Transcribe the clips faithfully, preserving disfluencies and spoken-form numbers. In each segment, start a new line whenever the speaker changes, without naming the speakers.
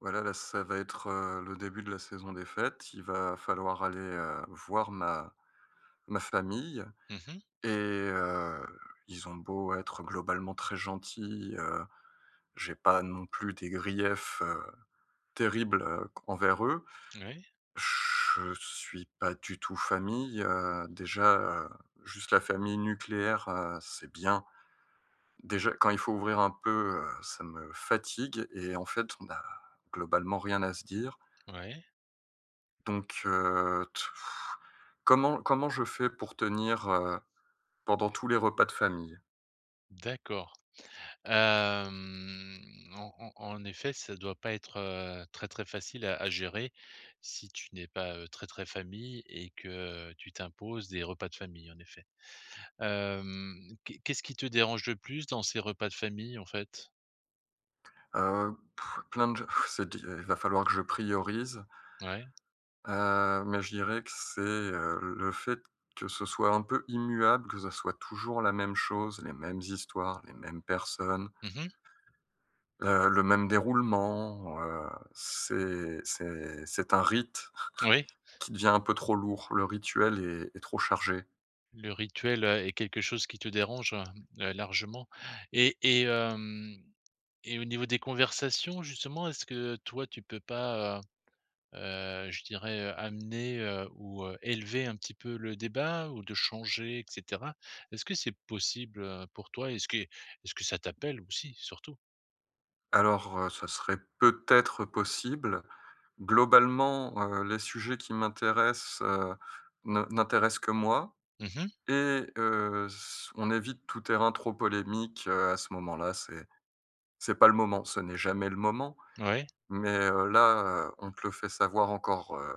Voilà, là, ça va être, heu, le début de la saison des fêtes. Il va falloir aller, heu, voir ma ma famille,
Mmh mh.
et heu, ils ont beau être globalement très gentils, heu, j'ai pas non plus des griefs, heu, terribles, heu, envers eux.
Ouais,
Je suis pas du tout famille, heu, déjà, heu, juste la famille nucléaire, heu, c'est bien. Déjà, quand il faut ouvrir un peu, heu, ça me fatigue et en fait, on a globalement rien à se dire.
ouais,
Donc heu, t pff, comment comment je fais pour tenir, heu, pendant tous les repas de famille?
d'accord. Hem, en en en effet, ça doit pas être, heu, très, très facile à à gérer si tu n'es pas, heu, très, très famille et que tu t'imposes des repas de famille, en effet. Hem, qu'est qu'est-ce qui te dérange le plus dans ces repas de famille, en fait?
Heu, plein de c'est di il va falloir que je priorise,
Ouais.
heu, mais je dirais que c'est, heu, le fait que ce soit un peu immuable, que ça soit toujours la même chose, les mêmes histoires, les mêmes personnes,
Mmh.
heu, le même déroulement, heu, c'est c'est c'est un rite
Oui,
qui devient un peu trop lourd. Le rituel est est trop chargé.
le rituel, heu, est quelque chose qui te dérange, heu, largement et et hem et au niveau des conversations, justement, est-ce que toi, tu peux pas, heu, je dirais, heu, amener, heu, ou, heu, élever un petit peu le débat ou de changer et cetera. Est-ce que c'est possible, heu, pour toi? Est-ce que est-ce que ça t'appelle aussi, surtout?
Alors, heu, ça serait peut-être possible. Globalement, heu, les sujets qui m'intéressent, heu, ne n'intéressent que moi,
Mmh mh.
et heu, s on évite tout terrain trop polémique, heu, à ce moment-là. C'est c'est pas le moment, ce n'est jamais le moment,
Ouais,
mais heu, là, heu, on te le fait savoir encore, heu,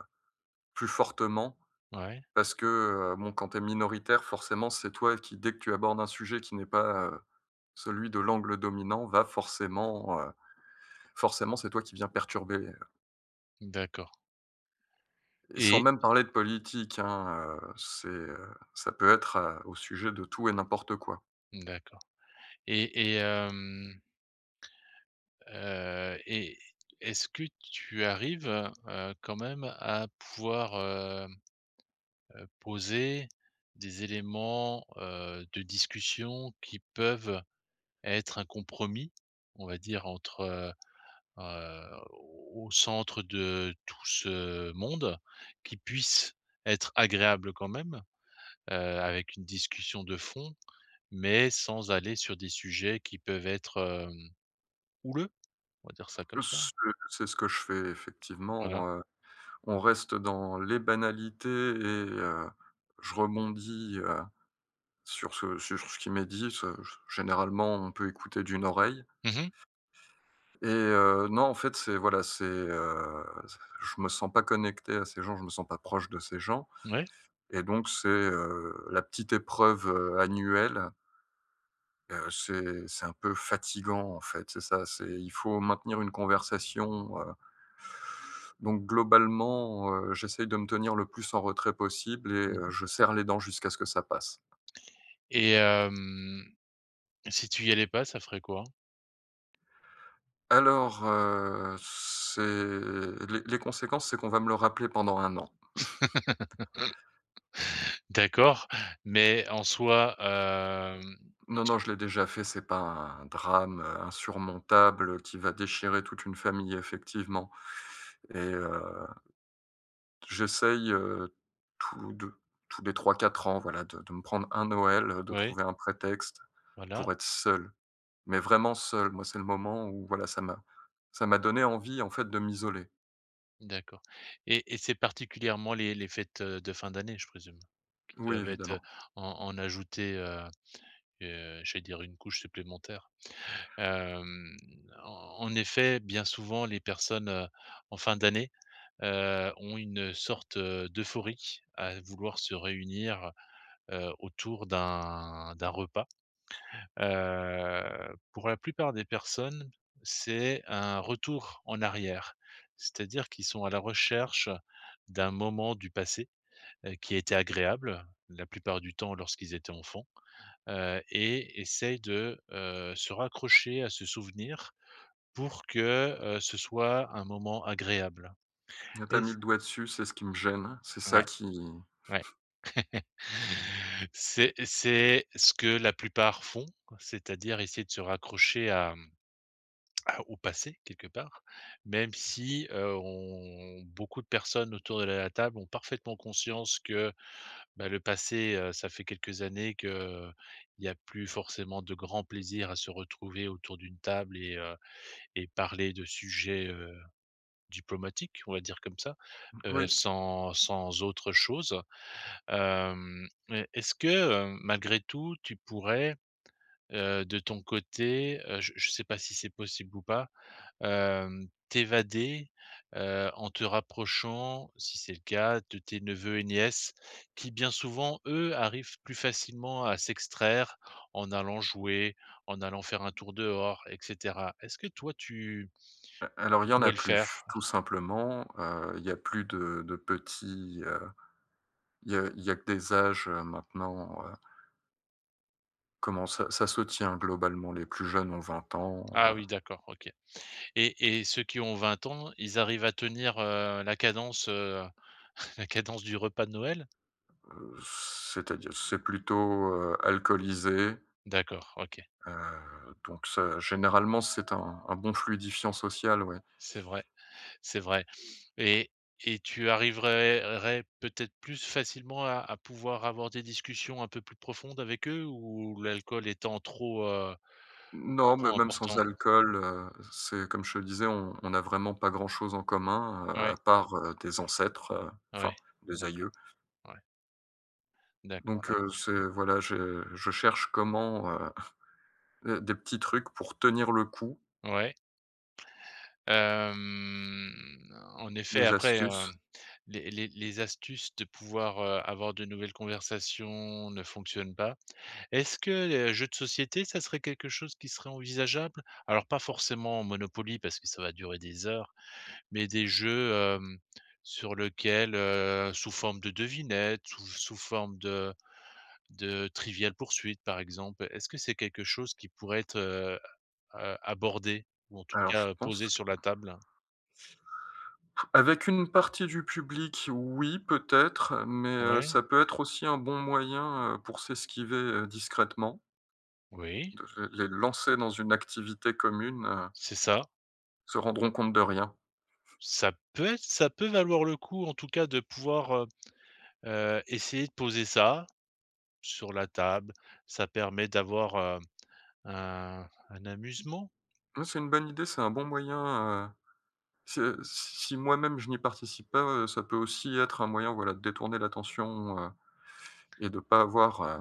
plus fortement,
ouais,
parce que, heu, bon, quand tu es minoritaire, forcément, c'est toi qui, dès que tu abordes un sujet qui n'est pas, heu, celui de l'angle dominant, va forcément, heu, forcément, c'est toi qui viens perturber.
d'accord
Et sans
et
même parler de politique, hein, heu, c'est, heu, ça peut être, heu, au sujet de tout et n'importe quoi.
d'accord et et hem, heu et est-ce que tu arrives, heu quand même à pouvoir, heu heu, poser des éléments, heu, de discussion qui peuvent être un compromis, on va dire, entre, heu heu, au centre de tout ce monde, qui puisse être agréable quand même, heu, avec une discussion de fond, mais sans aller sur des sujets qui peuvent être, hem, houleux, on va dire ça comme ça.
Ce c'est ce que je fais
Voilà.
effectivement, heu, on reste dans les banalités, et heu, je rebondis, heu, sur ce sur ce qui m'est dit, ce généralement on peut écouter d'une oreille,
Mmh.
et heu, non, en fait c'est voilà, c'est, heu, je me sens pas connecté à ces gens, je me sens pas proche de ces gens,
Ouais.
et donc c'est, heu, la petite épreuve, heu, annuelle. Heu, c'est c'est un peu fatigant, en fait, c'est ça, c'est il faut maintenir une conversation, heu, donc globalement, heu, j'essaye de me tenir le plus en retrait possible, et heu,
Mmh,
je serre les dents jusqu'à ce que ça passe.
et hem, si tu y allais pas, ça ferait quoi?
Alors, heu, c'est les les conséquences, c'est qu'on va me le rappeler pendant un an.
D'accord, mais en soi, hem.
Non, non, je l'ai déjà fait, c'est pas un drame, heu, insurmontable, qui va déchirer toute une famille, effectivement, et heu j'essaye, heu, tous de tous les trois quatre ans, voilà, de de me prendre un Noël, heu, de
Ouais,
trouver un prétexte pour
voilà.
être seul, mais vraiment seul. Moi, c'est le moment où, voilà, ça m'a ça m'a donné envie, en fait, de m'isoler.
D'accord et et c'est particulièrement les les fêtes, heu, de fin d'année, je présume? Qui
Oui,
doivent être, heu,
évidemment.
en en ajouter, heu heu, j'allais dire une couche supplémentaire. Hem, en en effet, bien souvent, les personnes, heu, en fin d'année, heu, ont une sorte, heu, d'euphorie à vouloir se réunir, heu, autour d'un d'un repas. Heu, pour la plupart des personnes, c'est un retour en arrière. C'est-à-dire qu'ils sont à la recherche d'un moment du passé, heu, qui a été agréable, la plupart du temps lorsqu'ils étaient enfants, heu et essayent de, heu, se raccrocher à ce souvenir pour que, heu, ce soit un moment agréable
T'as
et
mis
c
le doigt dessus, c'est ce qui me gêne, c'est ça
ouais,
qui
ouais. C'est c'est ce que la plupart font, c'est-à-dire essayer de se raccrocher à, ah, au passé, quelque part, même si, heu, on beaucoup de personnes autour de la table ont parfaitement conscience que, bah, le passé, heu, ça fait quelques années que euh, il n'y a plus forcément de grand plaisir à se retrouver autour d'une table et heu et parler de sujets, heu, diplomatiques, on va dire comme ça, heu,
oui,
sans sans autre chose. Hem, e est-ce que, heu, malgré tout, tu pourrais, heu, de ton côté, heu, je ne sais pas si c'est possible ou pas, hem, t'évader, heu, en te rapprochant, si c'est le cas, de tes neveux et nièces qui, bien souvent, eux, arrivent plus facilement à s'extraire en allant jouer, en allant faire un tour dehors et cetera. Est-ce que toi, tu
a alors
tu
il y en a
pourrais le
plus,
faire?
tout simplement, heu, il y n'y a plus de de petits, heu, il y a il y a que des âges, heu, maintenant, heu, comment ça ça se tient globalement, les plus jeunes ont vingt ans,
Ah oui, d'accord, OK, et et ceux qui ont vingt ans, ils arrivent à tenir, heu, la cadence, heu, la cadence du repas de Noël?
c'est-à-dire, c'est plutôt, heu, alcoolisé,
D'accord, OK.
heu, donc ça généralement, c'est un un bon fluidifiant social, ouais.
C'est vrai, c'est vrai. Et et tu arriverais peut-être plus facilement à à pouvoir avoir des discussions un peu plus profondes avec eux ou l'alcool étant trop, heu,
Non, mais
trop
même sans
important?
alcool, heu, c'est comme je te disais, on on a vraiment pas grand-chose en commun, heu,
Ouais,
à part, heu, des ancêtres, heu,
ouais,
enfin des
d'accord,
aïeux,
ouais, d'accord,
donc heu,
d'accord.
c'est voilà, je je cherche comment, heu, des petits trucs pour tenir le coup,
Ouais. Hem, en effet,
des
après, hem,
astuces.
les les les astuces de pouvoir, heu, avoir de nouvelles conversations ne fonctionnent pas. Est-ce que les jeux de société, ça serait quelque chose qui serait envisageable? Alors pas forcément en Monopoly parce que ça va durer des heures. Mais des jeux, hem, sur lequel, heu, sous forme de devinettes, sous sous forme de de Trivial poursuite, par exemple. Est-ce que c'est quelque chose qui pourrait être, heu, a abordé ou en tout
Alors je
cas, heu, posé
pense,
sur la table?
avec une partie du public, oui, peut-être, mais heu,
Ouais,
ça peut être aussi un bon moyen, heu, pour s'esquiver, heu, discrètement,
oui,
de les lancer dans une activité commune, heu,
c'est ça.
se rendront compte de rien.
Ça peut être, ça peut valoir le coup, en tout cas, de pouvoir, heu heu, essayer de poser ça sur la table. Ça permet d'avoir, heu, un un amusement,
Ouais, c'est une bonne idée, c'est un bon moyen, heu, c'est si moi-même je n'y participe pas, heu, ça peut aussi être un moyen, voilà, de détourner l'attention, heu et de pas avoir, heu,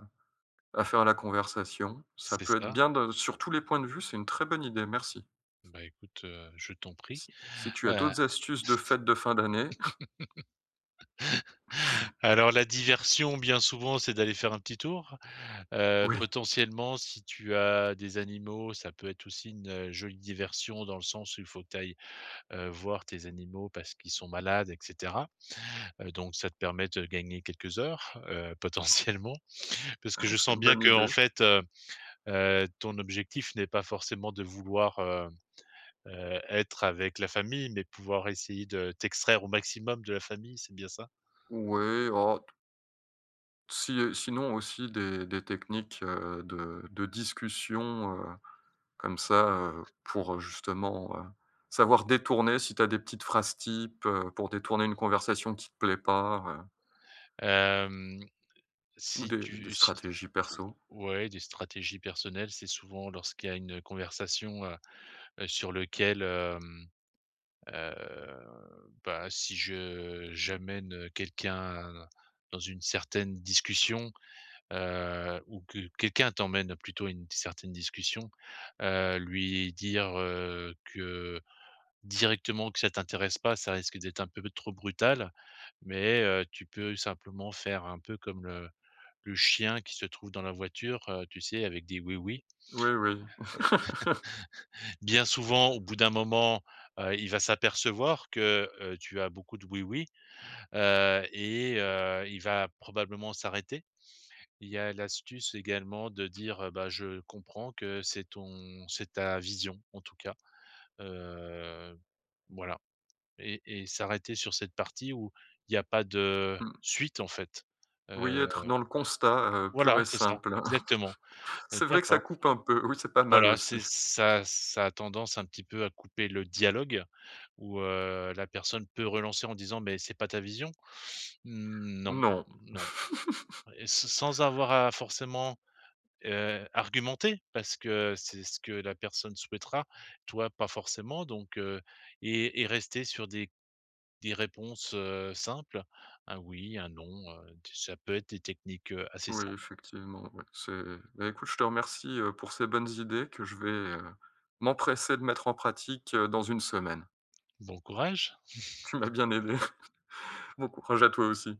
à faire la conversation. Ça
c'est
peut être
ça.
bien de sur tous les points de vue, c'est une très bonne idée, merci.
Bah, écoute, heu, je t'en prie,
Si si tu as
heu.
d'autres astuces de fêtes de fin d'année.
Alors la diversion, bien souvent, c'est d'aller faire un petit tour. Heu,
Oui.
potentiellement, si tu as des animaux, ça peut être aussi une, heu, jolie diversion dans le sens où il faut que tu ailles, heu, voir tes animaux parce qu'ils sont malades et cetera. Heu, donc ça te permet de gagner quelques heures, heu, potentiellement. Parce que
Ah,
je
c'est
sens
une
bien
bonne
qu'en
idée.
fait, heu heu, ton objectif n'est pas forcément de vouloir, heu heu, être avec la famille, mais pouvoir essayer de t'extraire au maximum de la famille, c'est bien ça?
Oui. Oh, t- si, euh, sinon aussi des, des techniques, euh, de, de discussion, euh, comme ça, euh, pour, euh, justement, euh, savoir détourner, si tu as des petites phrases types, euh, pour détourner une conversation qui te plaît pas, euh,
Hem
ou
Si
des, des
tu si
stratégies perso.
ouais, des stratégies personnelles, c'est souvent lorsqu'il y a une conversation, heu heu, sur lequel, hem, heu, bah, si je j'amène quelqu'un dans une certaine discussion, heu, ou que quelqu'un t'emmène plutôt à une certaine discussion, heu, lui dire, heu, que directement que ça t'intéresse pas, ça risque d'être un peu trop brutal. Mais, heu, tu peux simplement faire un peu comme le le chien qui se trouve dans la voiture, heu, tu sais, avec des oui-oui.
Oui, oui.
Bien souvent, au bout d'un moment, heu, il va s'apercevoir que, heu, tu as beaucoup de oui-oui, heu et heu, il va probablement s'arrêter. Il y a l'astuce également de dire, heu: «Bah, je comprends que c'est ton c'est ta vision, en tout cas». Heu, voilà, et et s'arrêter sur cette partie où il n'y a pas de
Mm.
suite, en fait. Heu,
Oui, être dans le constat, euh, pur
voilà,
et
c'est ça,
simple.
exactement. Heu,
C'est vrai que ça
d'accord.
coupe un peu. Oui, c'est pas mal
Voilà,
aussi.
c'est ça, ça a tendance un petit peu à couper le dialogue où, heu, la personne peut relancer en disant: «Mais c'est pas ta vision?» «Mmh, non,
Non.
non», et s sans avoir à forcément, heu, argumenter parce que c'est ce que la personne souhaitera, toi pas forcément donc heu, et et rester sur des des réponses, heu, simples, un oui, un non, heu, ça peut être des techniques, heu, assez
Oui,
simples.
effectivement, ouais, c'est bah, écoute, je te remercie, heu, pour ces bonnes idées que je vais, heu, m'empresser de mettre en pratique, heu, dans une semaine.
Bon courage.
Tu m'as bien aidé, bon courage à toi aussi.